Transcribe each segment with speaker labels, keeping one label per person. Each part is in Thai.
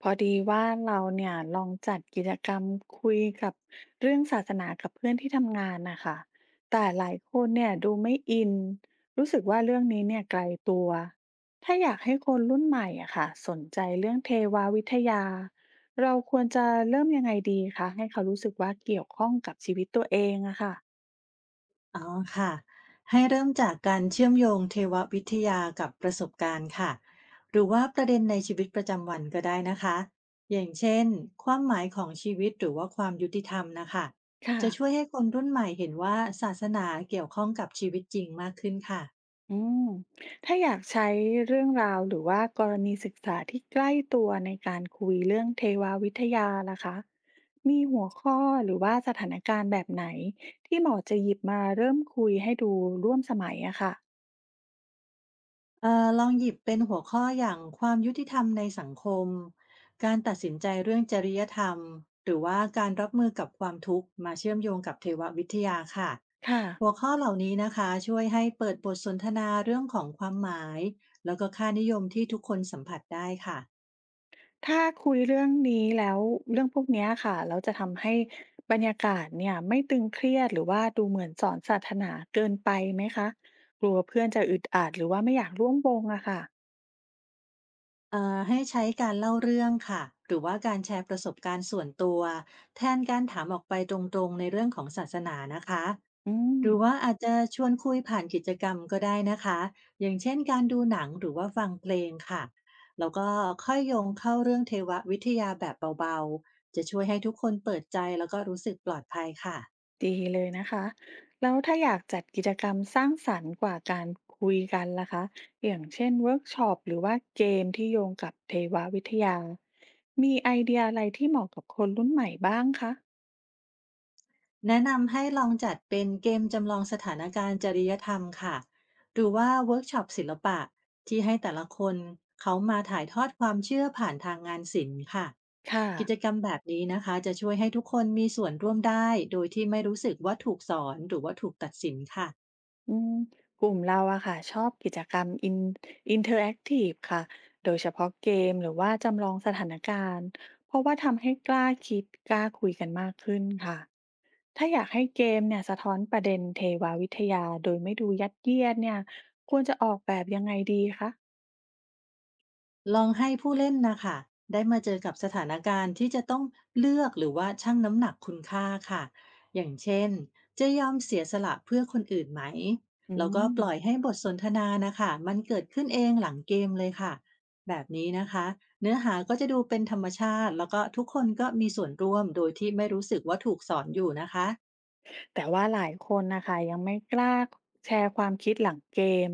Speaker 1: พอดีว่าเราเนี่ยลองจัดกิจกรรมคุยกับเรื่องศาสนากับเพื่อนที่ทำงานนะคะแต่หลายคนเนี่ยดูไม่อินรู้สึกว่าเรื่องนี้เนี่ยไกลตัวถ้าอยากให้คนรุ่นใหม่อะค่ะสนใจเรื่องเทวาวิทยาเราควรจะเริ่มยังไงดีคะให้เขารู้สึกว่าเกี่ยวข้องกับชีวิตตัวเองอะค่ะ
Speaker 2: อ๋อค่ะให้เริ่มจากการเชื่อมโยงเทววิทยากับประสบการณ์ค่ะหรือว่าประเด็นในชีวิตประจำวันก็ได้นะคะอย่างเช่นความหมายของชีวิตหรือว่าความยุติธรรมนะคะ
Speaker 1: ค่ะ
Speaker 2: จะช่วยให้คนรุ่นใหม่เห็นว่าศาสนาเกี่ยวข้องกับชีวิตจริงมากขึ้นค่ะ
Speaker 1: อืมถ้าอยากใช้เรื่องราวหรือว่ากรณีศึกษาที่ใกล้ตัวในการคุยเรื่องเทววิทยาล่ะคะมีหัวข้อหรือว่าสถานการณ์แบบไหนที่เหมาะจะหยิบมาเริ่มคุยให้ดูร่วมสมัยอะค่ะ
Speaker 2: ลองหยิบเป็นหัวข้ออย่างความยุติธรรมในสังคม การตัดสินใจเรื่องจริยธรรม หรือว่าการรับมือกับความทุกข์มาเชื่อมโยงกับเทววิทยาค่ะ
Speaker 1: ค่ะ
Speaker 2: หัวข้อเหล่านี้นะคะช่วยให้เปิดบทสนทนาเรื่องของความหมายแล้วก็ค่านิยมที่ทุกคนสัมผัสได้ค่ะ
Speaker 1: ถ้าคุยเรื่องนี้แล้วเรื่องพวกเนี้ยค่ะเราจะทำให้บรรยากาศเนี่ยไม่ตึงเครียดหรือว่าดูเหมือนสอนศาสนาเกินไปไหมคะกลัวเพื่อนจะอึดอัดหรือว่าไม่อยากร่วมวงอะค่ะ
Speaker 2: ให้ใช้การเล่าเรื่องค่ะหรือว่าการแชร์ประสบการณ์ส่วนตัวแทนการถามออกไปตรงๆในเรื่องของศาสนานะคะ
Speaker 1: อืม
Speaker 2: หรือว่าอาจจะชวนคุยผ่านกิจกรรมก็ได้นะคะอย่างเช่นการดูหนังหรือว่าฟังเพลงค่ะแล้วก็ค่อยโยงเข้าเรื่องเทววิทยาแบบเบาๆจะช่วยให้ทุกคนเปิดใจแล้วก็รู้สึกปลอดภัยค่ะ
Speaker 1: ดีเลยนะคะแล้วถ้าอยากจัดกิจกรรมสร้างสรรค์กว่าการคุยกันล่ะคะอย่างเช่นเวิร์กช็อปหรือว่าเกมที่โยงกับเทววิทยามีไอเดียอะไรที่เหมาะกับคนรุ่นใหม่บ้างคะ
Speaker 2: แนะนำให้ลองจัดเป็นเกมจำลองสถานการณ์จริยธรรมค่ะ หรือว่าเวิร์กช็อปศิลปะที่ให้แต่ละคนเขามาถ่ายทอดความเชื่อผ่านทางงานศิลป์ค่ะ
Speaker 1: ค่ะ
Speaker 2: กิจกรรมแบบนี้นะคะจะช่วยให้ทุกคนมีส่วนร่วมได้โดยที่ไม่รู้สึกว่าถูกสอนหรือว่าถูกตัดสินค่ะ
Speaker 1: อืมกลุ่มเราอะค่ะชอบกิจกรรมอินเทอร์แอคทีฟค่ะโดยเฉพาะเกมหรือว่าจำลองสถานการณ์เพราะว่าทำให้กล้าคิดกล้าคุยกันมากขึ้นค่ะ ถ้าอยากให้เกมเนี่ยสะท้อนประเด็นเทวาวิทยาโดยไม่ดูยัดเยียดเนี่ยควรจะออกแบบยังไงดีคะ
Speaker 2: ลองให้ผู้เล่นนะค่ะได้มาเจอกับสถานการณ์ที่จะต้องเลือกหรือว่าชั่งน้ำหนักคุณค่าค่ะอย่างเช่นจะยอมเสียสละเพื่อคนอื่นไหม
Speaker 1: อื
Speaker 2: แล้วก็
Speaker 1: ม
Speaker 2: ปล่อยให้บทสนทนานะค่ะมันเกิดขึ้นเองหลังเกมเลยค่ะแบบนี้นะคะเนื้อหาก็จะดูเป็นธรรมชาติแล้วก็ทุกคนก็มีส่วนร่วมโดยที่ไม่รู้สึกว่าถูกสอนอยู่นะคะ
Speaker 1: แต่ว่าหลายคนนะคะยังไม่กล้าแชร์ความคิดหลังเกม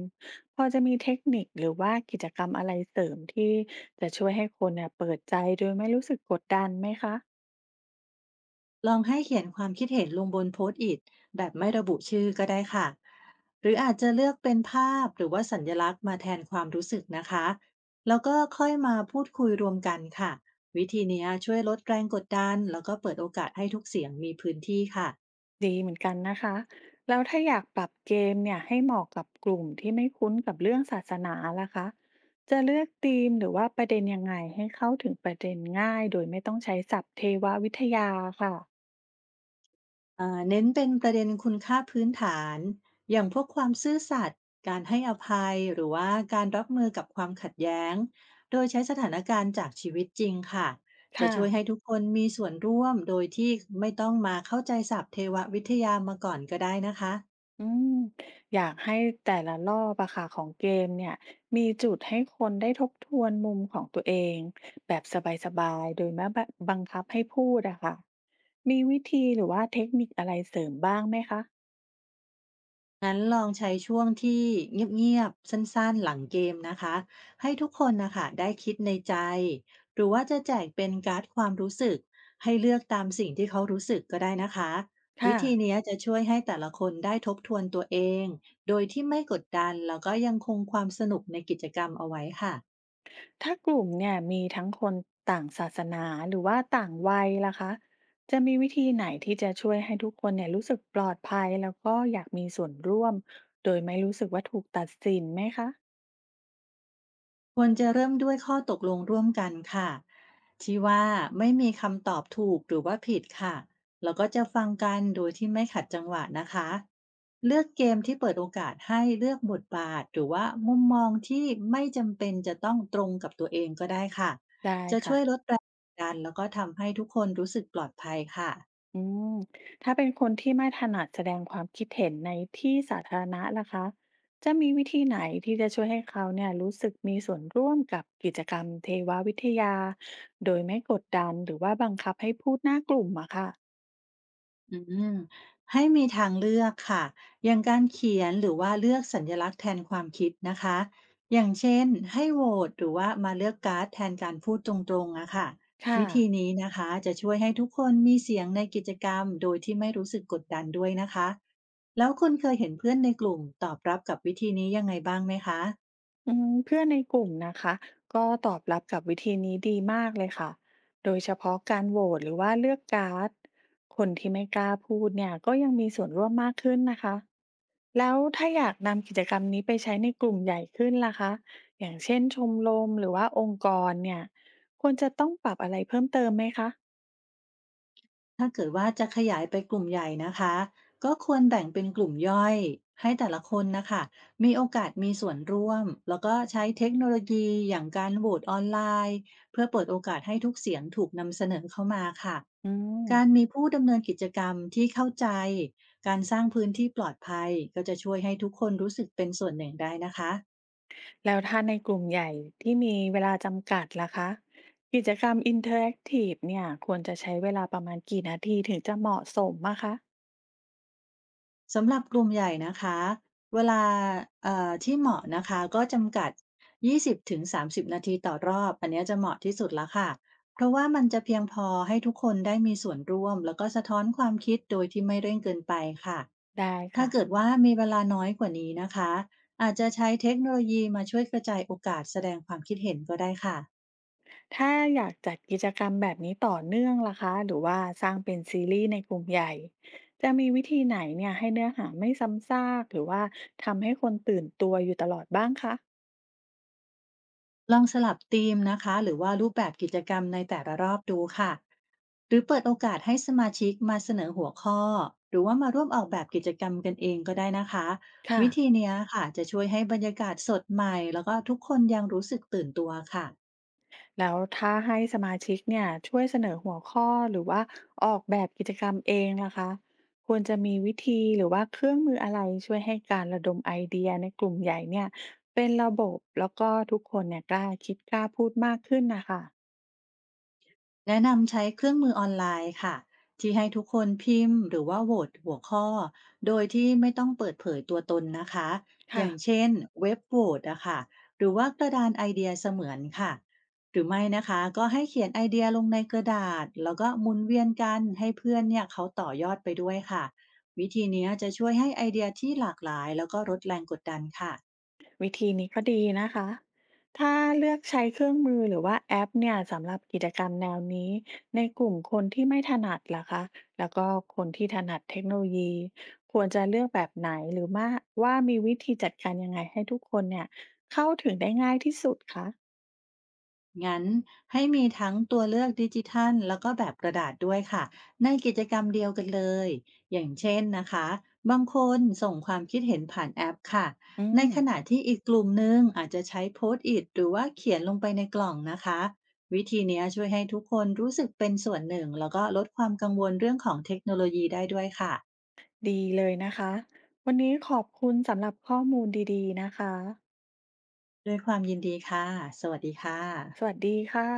Speaker 1: พอจะมีเทคนิคหรือว่ากิจกรรมอะไรเสริมที่จะช่วยให้คนเน่ยเปิดใจโดยไม่รู้สึกกดดันไหมคะ
Speaker 2: ลองให้เขียนความคิดเห็นลงบนโพสต์อิทแบบไม่ระบุชื่อก็ได้ค่ะ หรืออาจจะเลือกเป็นภาพหรือว่าสัญลักษณ์มาแทนความรู้สึกนะคะ แล้วก็ค่อยมาพูดคุยรวมกันค่ะ วิธีเนี้ยช่วยลดแรงกดดันแล้วก็เปิดโอกาสให้ทุกเสียงมีพื้นที่ค่ะ
Speaker 1: ดีเหมือนกันนะคะแล้วถ้าอยากปรับเกมเนี่ยให้เหมาะกับกลุ่มที่ไม่คุ้นกับเรื่องศาสนาล่ะคะจะเลือกธีมหรือว่าประเด็นยังไงให้เข้าถึงประเด็นง่ายโดยไม่ต้องใช้ศัพท์เทววิทยาค่ะ
Speaker 2: เน้นเป็นประเด็นคุณค่าพื้นฐานอย่างพวกความซื่อสัตย์การให้อภัยหรือว่าการรับมือกับความขัดแย้งโดยใช้สถานการณ์จากชีวิตจริงค่ะจะ
Speaker 1: ค่ะ
Speaker 2: ช่วยให้ทุกคนมีส่วนร่วมโดยที่ไม่ต้องมาเข้าใจศัพท์เทววิทยามาก่อนก็ได้นะคะ
Speaker 1: อืมอยากให้แต่ละรอบอะค่ะของเกมเนี่ยมีจุดให้คนได้ทบทวนมุมของตัวเองแบบสบายๆโดยไม่บังคับให้พูดอะค่ะมีวิธีหรือว่าเทคนิคอะไรเสริมบ้างไหมคะ
Speaker 2: งั้นลองใช้ช่วงที่เงียบๆสั้นๆหลังเกมนะคะให้ทุกคนนะคะได้คิดในใจหรือว่าจะแจกเป็นการ์ดความรู้สึกให้เลือกตามสิ่งที่เขารู้สึกก็ได้นะคะวิ
Speaker 1: ค่ะ
Speaker 2: ธีนี้จะช่วยให้แต่ละคนได้ทบทวนตัวเองโดยที่ไม่กดดันแล้วก็ยังคงความสนุกในกิจกรรมเอาไว้ค่ะ
Speaker 1: ถ้ากลุ่มเนี่ยมีทั้งคนต่างศาสนาหรือว่าต่างวัยล่ะคะจะมีวิธีไหนที่จะช่วยให้ทุกคนเนี่ยรู้สึกปลอดภัยแล้วก็อยากมีส่วนร่วมโดยไม่รู้สึกว่าถูกตัดสินไหมคะ
Speaker 2: ควรจะเริ่มด้วยข้อตกลงร่วมกันค่ะที่ว่าไม่มีคำตอบถูกหรือว่าผิดค่ะแล้วก็จะฟังกันโดยที่ไม่ขัดจังหวะนะคะเลือกเกมที่เปิดโอกาสให้เลือกบทบาทหรือว่ามุมมองที่ไม่จำเป็นจะต้องตรงกับตัวเองก็ได้ค่ะ
Speaker 1: ได้
Speaker 2: จะช่
Speaker 1: ค่ะ
Speaker 2: วยลดแรงกดดันแล้วก็ทำให้ทุกคนรู้สึกปลอดภัยค่ะ
Speaker 1: อืมถ้าเป็นคนที่ไม่ถนัดแสดงความคิดเห็นในที่สาธารณะล่ะคะจะมีวิธีไหนที่จะช่วยให้เขาเนี่ยรู้สึกมีส่วนร่วมกับกิจกรรมเทววิทยาโดยไม่กดดันหรือว่าบังคับให้พูดหน้ากลุ่มอะค่ะ
Speaker 2: อืมให้มีทางเลือกค่ะอย่างการเขียนหรือว่าเลือกสัญลักษณ์แทนความคิดนะคะอย่างเช่นให้โหวตหรือว่ามาเลือกการ์ดแทนการพูดตรงๆอะค่ะ
Speaker 1: ค่ะ
Speaker 2: วิธีนี้นะคะจะช่วยให้ทุกคนมีเสียงในกิจกรรมโดยที่ไม่รู้สึกกดดันด้วยนะคะแล้วคุณเคยเห็นเพื่อนในกลุ่มตอบรับกับวิธีนี้ยังไงบ้างไหมคะ
Speaker 1: อืมเพื่อนในกลุ่มนะคะก็ตอบรับกับวิธีนี้ดีมากเลยค่ะ โดยเฉพาะการโหวตหรือว่าเลือกการ์ดคนที่ไม่กล้าพูดเนี่ยก็ยังมีส่วนร่วมมากขึ้นนะคะแล้วถ้าอยากนำกิจกรรมนี้ไปใช้ในกลุ่มใหญ่ขึ้นล่ะคะอย่างเช่นชมรมหรือว่าองค์กรเนี่ยควรจะต้องปรับอะไรเพิ่มเติมไหมคะ
Speaker 2: ถ้าเกิดว่าจะขยายไปกลุ่มใหญ่นะคะก็ควรแบ่งเป็นกลุ่มย่อยให้แต่ละคนนะคะมีโอกาสมีส่วนร่วมแล้วก็ใช้เทคโนโลยีอย่างการโหวตออนไลน์เพื่อเปิดโอกาสให้ทุกเสียงถูกนำเสนอเข้ามาค่ะ
Speaker 1: อืม
Speaker 2: การมีผู้ดำเนินกิจกรรมที่เข้าใจการสร้างพื้นที่ปลอดภัยก็จะช่วยให้ทุกคนรู้สึกเป็นส่วนหนึ่งได้นะคะ
Speaker 1: แล้วถ้าในกลุ่มใหญ่ที่มีเวลาจำกัดล่ะคะกิจกรรมอินเทอร์แอคทีฟเนี่ยควรจะใช้เวลาประมาณกี่นาทีถึงจะเหมาะสมอะคะ
Speaker 2: สำหรับกลุ่มใหญ่นะคะเวลาที่เหมาะนะคะก็จำกัด 20-30 นาทีต่อรอบอันเนี้ยจะเหมาะที่สุดแล้วค่ะเพราะว่ามันจะเพียงพอให้ทุกคนได้มีส่วนร่วมแล้วก็สะท้อนความคิดโดยที่ไม่เร่งเกินไปค่ะ
Speaker 1: ได้
Speaker 2: ถ้า
Speaker 1: ค่ะ
Speaker 2: เกิดว่ามีเวลาน้อยกว่านี้นะคะอาจจะใช้เทคโนโลยีมาช่วยกระจายโอกาสแสดงความคิดเห็นก็ได้ค่ะ
Speaker 1: ถ้าอยากจัดกิจกรรมแบบนี้ต่อเนื่องล่ะคะหรือว่าสร้างเป็นซีรีส์ในกลุ่มใหญ่จะมีวิธีไหนเนี่ยให้เนื้อหาไม่ซ้ำซากหรือว่าทำให้คนตื่นตัวอยู่ตลอดบ้างคะ
Speaker 2: ลองสลับธีมนะคะหรือว่ารูปแบบกิจกรรมในแต่ละรอบดูค่ะหรือเปิดโอกาสให้สมาชิกมาเสนอหัวข้อหรือว่ามาร่วมออกแบบกิจกรรมกันเองก็ได้นะคะ
Speaker 1: ค่ะ
Speaker 2: วิธีเนี้ยค่ะจะช่วยให้บรรยากาศสดใหม่แล้วก็ทุกคนยังรู้สึกตื่นตัวค่ะ
Speaker 1: แล้วถ้าให้สมาชิกเนี่ยช่วยเสนอหัวข้อหรือว่าออกแบบกิจกรรมเองนะคะควรจะมีวิธีหรือว่าเครื่องมืออะไรช่วยให้การระดมไอเดียในกลุ่มใหญ่เนี่ยเป็นระบบแล้วก็ทุกคนเนี่ยกล้าคิดกล้าพูดมากขึ้นนะคะ
Speaker 2: แนะนำใช้เครื่องมือออนไลน์ค่ะที่ให้ทุกคนพิมพ์หรือว่าโหวตหัวข้อโดยที่ไม่ต้องเปิดเผยตัวตนนะคะอ
Speaker 1: ค่ะ
Speaker 2: ย่างเช่นเว็บโหวตอะค่ะหรือว่ากระดานไอเดียเสมือนค่ะหรือไม่นะคะก็ให้เขียนไอเดียลงในกระดาษแล้วก็หมุนเวียนกันให้เพื่อนเนี่ยเขาต่อยอดไปด้วยค่ะวิธีเนี้ยจะช่วยให้ไอเดียที่หลากหลายแล้วก็ลดแรงกดดันค่ะ
Speaker 1: วิธีนี้ก็ดีนะคะถ้าเลือกใช้เครื่องมือหรือว่าแอปเนี่ยสำหรับกิจกรรมแนวนี้ในกลุ่มคนที่ไม่ถนัดล่ะคะแล้วก็คนที่ถนัดเทคโนโลยีควรจะเลือกแบบไหนหรือว่ามีวิธีจัดการยังไงให้ทุกคนเนี่ยเข้าถึงได้ง่ายที่สุดคะ
Speaker 2: งั้นให้มีทั้งตัวเลือกดิจิทัลแล้วก็แบบกระดาษด้วยค่ะในกิจกรรมเดียวกันเลยอย่างเช่นนะคะบางคนส่งความคิดเห็นผ่านแอปค่ะ
Speaker 1: อื
Speaker 2: ใน
Speaker 1: ม
Speaker 2: ขณะที่อีกกลุ่มหนึงอาจจะใช้โพสต์อิทหรือว่าเขียนลงไปในกล่องนะคะวิธีเนี้ยช่วยให้ทุกคนรู้สึกเป็นส่วนหนึ่งแล้วก็ลดความกังวลเรื่องของเทคโนโลยีได้ด้วยค่ะ
Speaker 1: ดีเลยนะคะวันนี้ขอบคุณสำหรับข้อมูลดีๆนะคะ
Speaker 2: ด้วยความยินดีค่ะสวัสดีค่ะ
Speaker 1: สวัสดีค่ะ